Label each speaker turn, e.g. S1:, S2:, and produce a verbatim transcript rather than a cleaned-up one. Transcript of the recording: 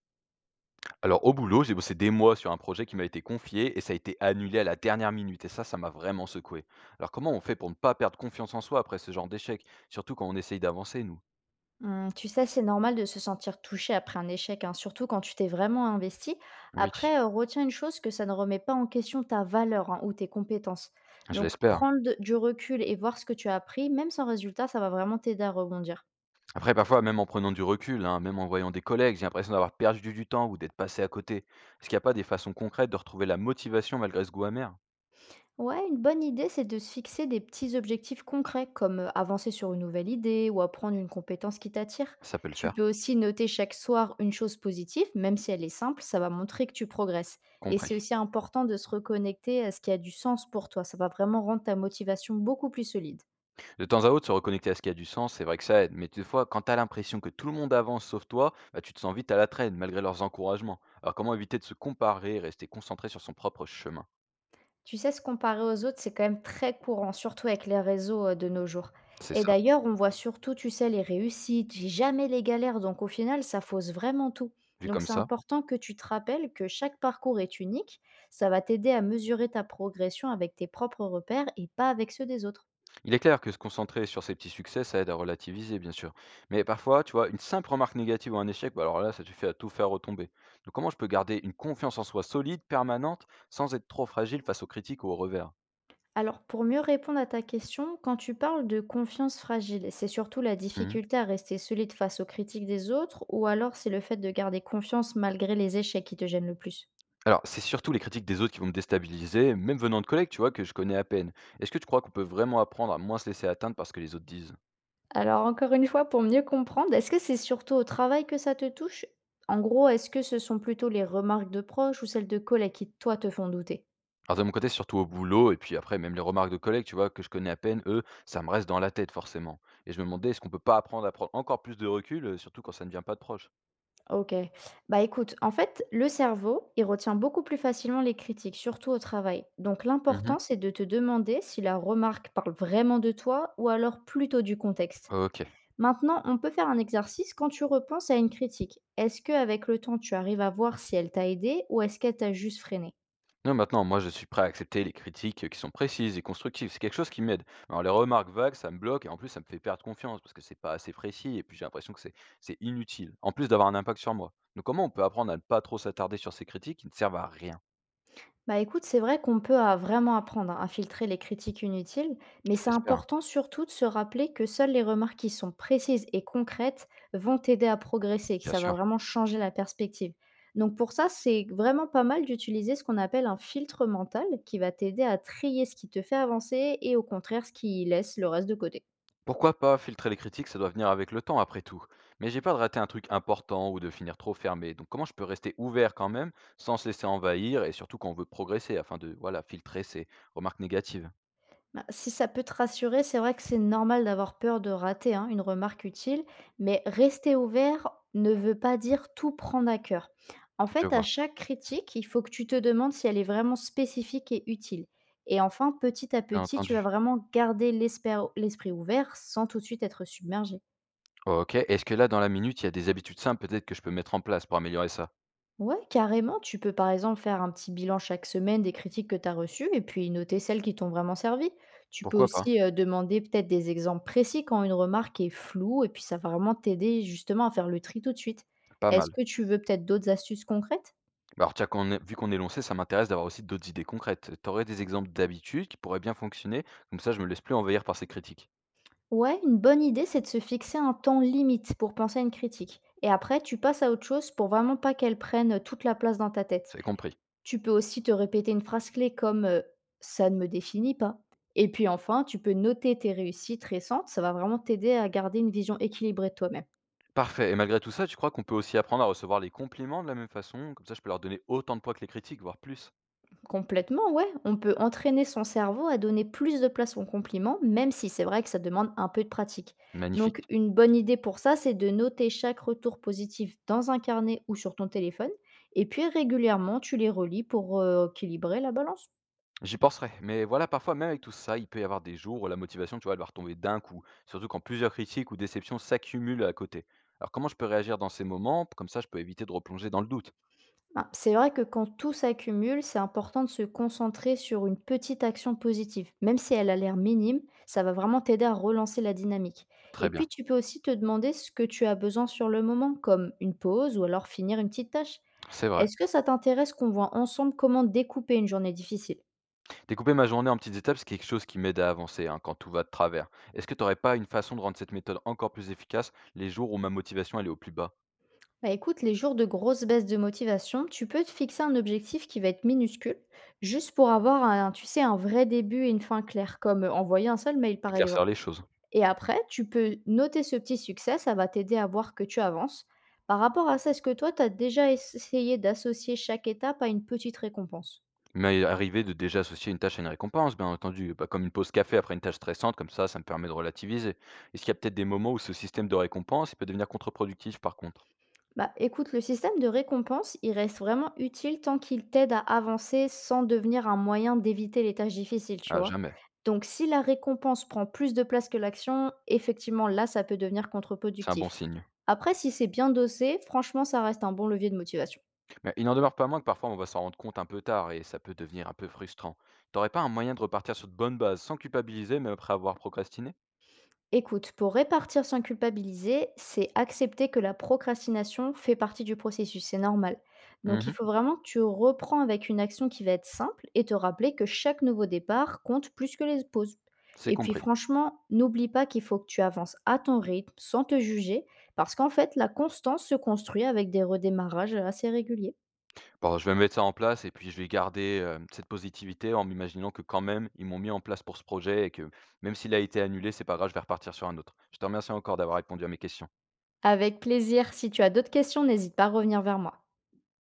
S1: Alors au boulot, j'ai bossé des mois sur un projet qui m'a été confié et ça a été annulé à la dernière minute. Et ça, ça m'a vraiment secoué. Alors comment on fait pour ne pas perdre confiance en soi après ce genre d'échec, surtout quand on essaye d'avancer, nous?
S2: Mmh, tu sais, c'est normal de se sentir touché après un échec, hein, surtout quand tu t'es vraiment investi.
S1: Oui,
S2: Après, heu, retiens une chose, que ça ne remet pas en question ta valeur, hein, ou tes compétences.
S1: je
S2: Donc
S1: l'espère.
S2: prendre de du recul et voir ce que tu as appris, même sans résultat, ça va vraiment t'aider à rebondir.
S1: Après, parfois, même en prenant du recul, hein, même en voyant des collègues, j'ai l'impression d'avoir perdu du temps ou d'être passé à côté. Est-ce qu'il n'y a pas des façons concrètes de retrouver la motivation malgré ce goût amer?
S2: Ouais, une bonne idée, c'est de se fixer des petits objectifs concrets, comme euh, avancer sur une nouvelle idée ou apprendre une compétence qui t'attire.
S1: Ça peut le
S2: Tu peux
S1: faire,
S2: aussi noter chaque soir une chose positive, même si elle est simple, ça va montrer que tu progresses. Et
S1: compris.
S2: c'est aussi important de se reconnecter à ce qui a du sens pour toi. Ça va vraiment rendre ta motivation beaucoup plus solide.
S1: De temps à autre, se reconnecter à ce qui a du sens, c'est vrai que ça aide, mais des fois, quand t'as l'impression que tout le monde avance sauf toi, bah, tu te sens vite à la traîne, malgré leurs encouragements. Alors comment éviter de se comparer et rester concentré sur son propre chemin?
S2: Tu sais, se comparer aux autres, c'est quand même très courant, surtout avec les réseaux, heu, de nos jours
S1: C'est
S2: et
S1: ça,
S2: d'ailleurs, on voit surtout, tu sais, les réussites, j'ai jamais les galères, donc au final, ça fausse vraiment tout.
S1: vu
S2: Donc
S1: comme
S2: c'est
S1: ça.
S2: important que tu te rappelles que chaque parcours est unique, ça va t'aider à mesurer ta progression avec tes propres repères et pas avec ceux des autres.
S1: Il est clair que se concentrer sur ses petits succès, ça aide à relativiser, bien sûr. Mais parfois, tu vois, une simple remarque négative ou un échec, bah alors là, ça suffit à tout faire retomber. Donc comment je peux garder une confiance en soi solide, permanente, sans être trop fragile face aux critiques ou aux revers?
S2: Alors pour mieux répondre à ta question, quand tu parles de confiance fragile, c'est surtout la difficulté à rester solide face aux critiques des autres ou alors c'est le fait de garder confiance malgré les échecs qui te gênent le plus?
S1: Alors, c'est surtout les critiques des autres qui vont me déstabiliser, même venant de collègues, tu vois, que je connais à peine. Est-ce que tu crois qu'on peut vraiment apprendre à moins se laisser atteindre par ce que les autres disent?
S2: Alors encore une fois, pour mieux comprendre, est-ce que c'est surtout au travail que ça te touche? En gros, est-ce que ce sont plutôt les remarques de proches ou celles de collègues qui, toi, te font douter?
S1: Alors, de mon côté, surtout au boulot, et puis après, même les remarques de collègues, tu vois, que je connais à peine, eux, ça me reste dans la tête, forcément. Et je me demandais, est-ce qu'on peut pas apprendre à prendre encore plus de recul, euh, surtout quand ça ne vient pas de proche?
S2: Ok. Bah écoute, en fait, le cerveau, il retient beaucoup plus facilement les critiques, surtout au travail. Donc l'important,
S1: Mhm.
S2: c'est de te demander si la remarque parle vraiment de toi ou alors plutôt du contexte.
S1: Ok.
S2: Maintenant, on peut faire un exercice quand tu repenses à une critique. Est-ce que avec le temps, tu arrives à voir si elle t'a aidé ou est-ce qu'elle t'a juste freiné?
S1: Non, maintenant, moi, je suis prêt à accepter les critiques qui sont précises et constructives. C'est quelque chose qui m'aide. Alors, les remarques vagues, ça me bloque et en plus, ça me fait perdre confiance parce que c'est pas assez précis et puis j'ai l'impression que c'est c'est inutile, en plus d'avoir un impact sur moi. Donc, comment on peut apprendre à ne pas trop s'attarder sur ces critiques qui ne servent à rien?
S2: Bah écoute, c'est vrai qu'on peut a- vraiment apprendre à filtrer les critiques inutiles, mais
S1: Je
S2: c'est
S1: l'espère,
S2: important surtout de se rappeler que seules les remarques qui sont précises et concrètes vont t'aider à progresser, que
S1: bien
S2: ça va
S1: sûr.
S2: vraiment changer la perspective. Donc pour ça, c'est vraiment pas mal d'utiliser ce qu'on appelle un filtre mental qui va t'aider à trier ce qui te fait avancer et au contraire ce qui laisse le reste de côté.
S1: Pourquoi pas filtrer les critiques? Ça doit venir avec le temps, après tout. Mais j'ai pas de rater un truc important ou de finir trop fermé. Donc, comment je peux rester ouvert quand même sans se laisser envahir et surtout quand on veut progresser afin de voilà filtrer ces remarques négatives?
S2: Bah, si ça peut te rassurer, c'est vrai que c'est normal d'avoir peur de rater hein, une remarque utile, mais rester ouvert ne veut pas dire tout prendre à cœur. En
S1: Je
S2: fait, à
S1: vois,
S2: chaque critique, il faut que tu te demandes si elle est vraiment spécifique et utile. Et enfin, petit à
S1: bien
S2: petit, tu
S1: entendu.
S2: vas vraiment garder l'espère- l'esprit ouvert sans tout de suite être submergé.
S1: OK. Est-ce que là, dans la minute, il y a des habitudes simples peut-être que je peux mettre en place pour améliorer ça?
S2: Ouais, carrément, tu peux par exemple faire un petit bilan chaque semaine des critiques que tu as reçues et puis noter celles qui t'ont vraiment servi. Tu peux
S1: Pourquoi pas?
S2: aussi euh, demander peut-être des exemples précis quand une remarque est floue et puis ça va vraiment t'aider justement à faire le tri tout de suite.
S1: Pas
S2: Est-ce
S1: mal.
S2: que tu veux peut-être d'autres astuces concrètes?
S1: Bah, alors tiens, qu'on est vu qu'on est lancé, ça m'intéresse d'avoir aussi d'autres idées concrètes. T'aurais des exemples d'habitudes qui pourraient bien fonctionner? Comme ça, je me laisse plus envahir par ces critiques.
S2: Ouais, une bonne idée, c'est de se fixer un temps limite pour penser à une critique. Et après, tu passes à autre chose pour vraiment pas qu'elle prenne toute la place dans ta tête.
S1: C'est compris.
S2: Tu peux aussi te répéter une phrase clé comme, heu: «Ça ne me définit pas» et puis enfin, tu peux noter tes réussites récentes, ça va vraiment t'aider à garder une vision équilibrée de toi-même.
S1: Parfait. Et malgré tout ça, tu crois qu'on peut aussi apprendre à recevoir les compliments de la même façon? Comme ça, je peux leur donner autant de poids que les critiques, voire plus.
S2: Complètement, ouais, on peut entraîner son cerveau à donner plus de place aux compliments, même si c'est vrai que ça demande un peu de pratique. Donc
S1: Magnifique.
S2: une bonne idée pour ça, c'est de noter chaque retour positif dans un carnet ou sur ton téléphone et puis régulièrement, tu les relis pour, heu, équilibrer la balance.
S1: J'y penserai, mais voilà, parfois, même avec tout ça, il peut y avoir des jours où la motivation, tu vois, elle va retomber d'un coup, surtout quand plusieurs critiques ou déceptions s'accumulent à côté. Alors comment je peux réagir dans ces moments? Comme ça, je peux éviter de replonger dans le doute.
S2: Bah, c'est vrai que quand tout s'accumule, c'est important de se concentrer sur une petite action positive. Même si elle a l'air minime, ça va vraiment t'aider à relancer la dynamique. Et
S1: Très
S2: puis,
S1: bien,
S2: tu peux aussi te demander ce que tu as besoin sur le moment, comme une pause ou alors finir une petite tâche.
S1: c'est vrai.
S2: Est-ce que ça t'intéresse qu'on voit ensemble comment découper une journée difficile?
S1: Découper ma journée en petites étapes, c'est quelque chose qui m'aide à avancer hein, quand tout va de travers. Est-ce que tu n'aurais pas une façon de rendre cette méthode encore plus efficace les jours où ma motivation elle est au plus bas?
S2: Bah écoute, les jours de grosse baisse de motivation, tu peux te fixer un objectif qui va être minuscule, juste pour avoir un, tu sais, un vrai début et une fin claire, comme envoyer un seul mail par exemple.
S1: Éclaircir les choses.
S2: Et après, tu peux noter ce petit succès, ça va t'aider à voir que tu avances. Par rapport à ça, est-ce que toi, tu as déjà essayé d'associer chaque étape à une petite récompense?
S1: Mais arriver de déjà associer une tâche à une récompense, bien entendu, bah, comme une pause café après une tâche stressante, comme ça, ça me permet de relativiser. Est-ce qu'il y a peut-être des moments où ce système de récompense il peut devenir contre-productif par contre?
S2: Bah, écoute, le système de récompense, il reste vraiment utile tant qu'il t'aide à avancer sans devenir un moyen d'éviter les tâches difficiles, tu
S1: Ah,
S2: vois?
S1: jamais.
S2: Donc, si la récompense prend plus de place que l'action, effectivement, là, ça peut devenir
S1: C'est un bon
S2: contre-productif.
S1: signe.
S2: Après, si c'est bien dosé, franchement, ça reste un bon levier de motivation.
S1: Mais il n'en demeure pas moins que parfois on va s'en rendre compte un peu tard et ça peut devenir un peu frustrant. T'aurais pas un moyen de repartir sur de bonnes bases sans culpabiliser, même après avoir procrastiné?
S2: Écoute, pour répartir sans culpabiliser, c'est accepter que la procrastination fait partie du processus, c'est normal. Donc il
S1: Mhm,
S2: faut vraiment que tu reprends avec une action qui va être simple et te rappeler que chaque nouveau départ compte plus que les pauses.
S1: c'est
S2: Et puis
S1: compris.
S2: franchement, n'oublie pas qu'il faut que tu avances à ton rythme, sans te juger, parce qu'en fait, la constance se construit avec des redémarrages assez réguliers.
S1: Bon, je vais mettre ça en place et puis je vais garder, hem, cette positivité en m'imaginant que quand même, ils m'ont mis en place pour ce projet et que même s'il a été annulé, c'est pas grave, je vais repartir sur un autre. Je te remercie encore d'avoir répondu à mes questions.
S2: Avec plaisir, si tu as d'autres questions, n'hésite pas à revenir vers moi.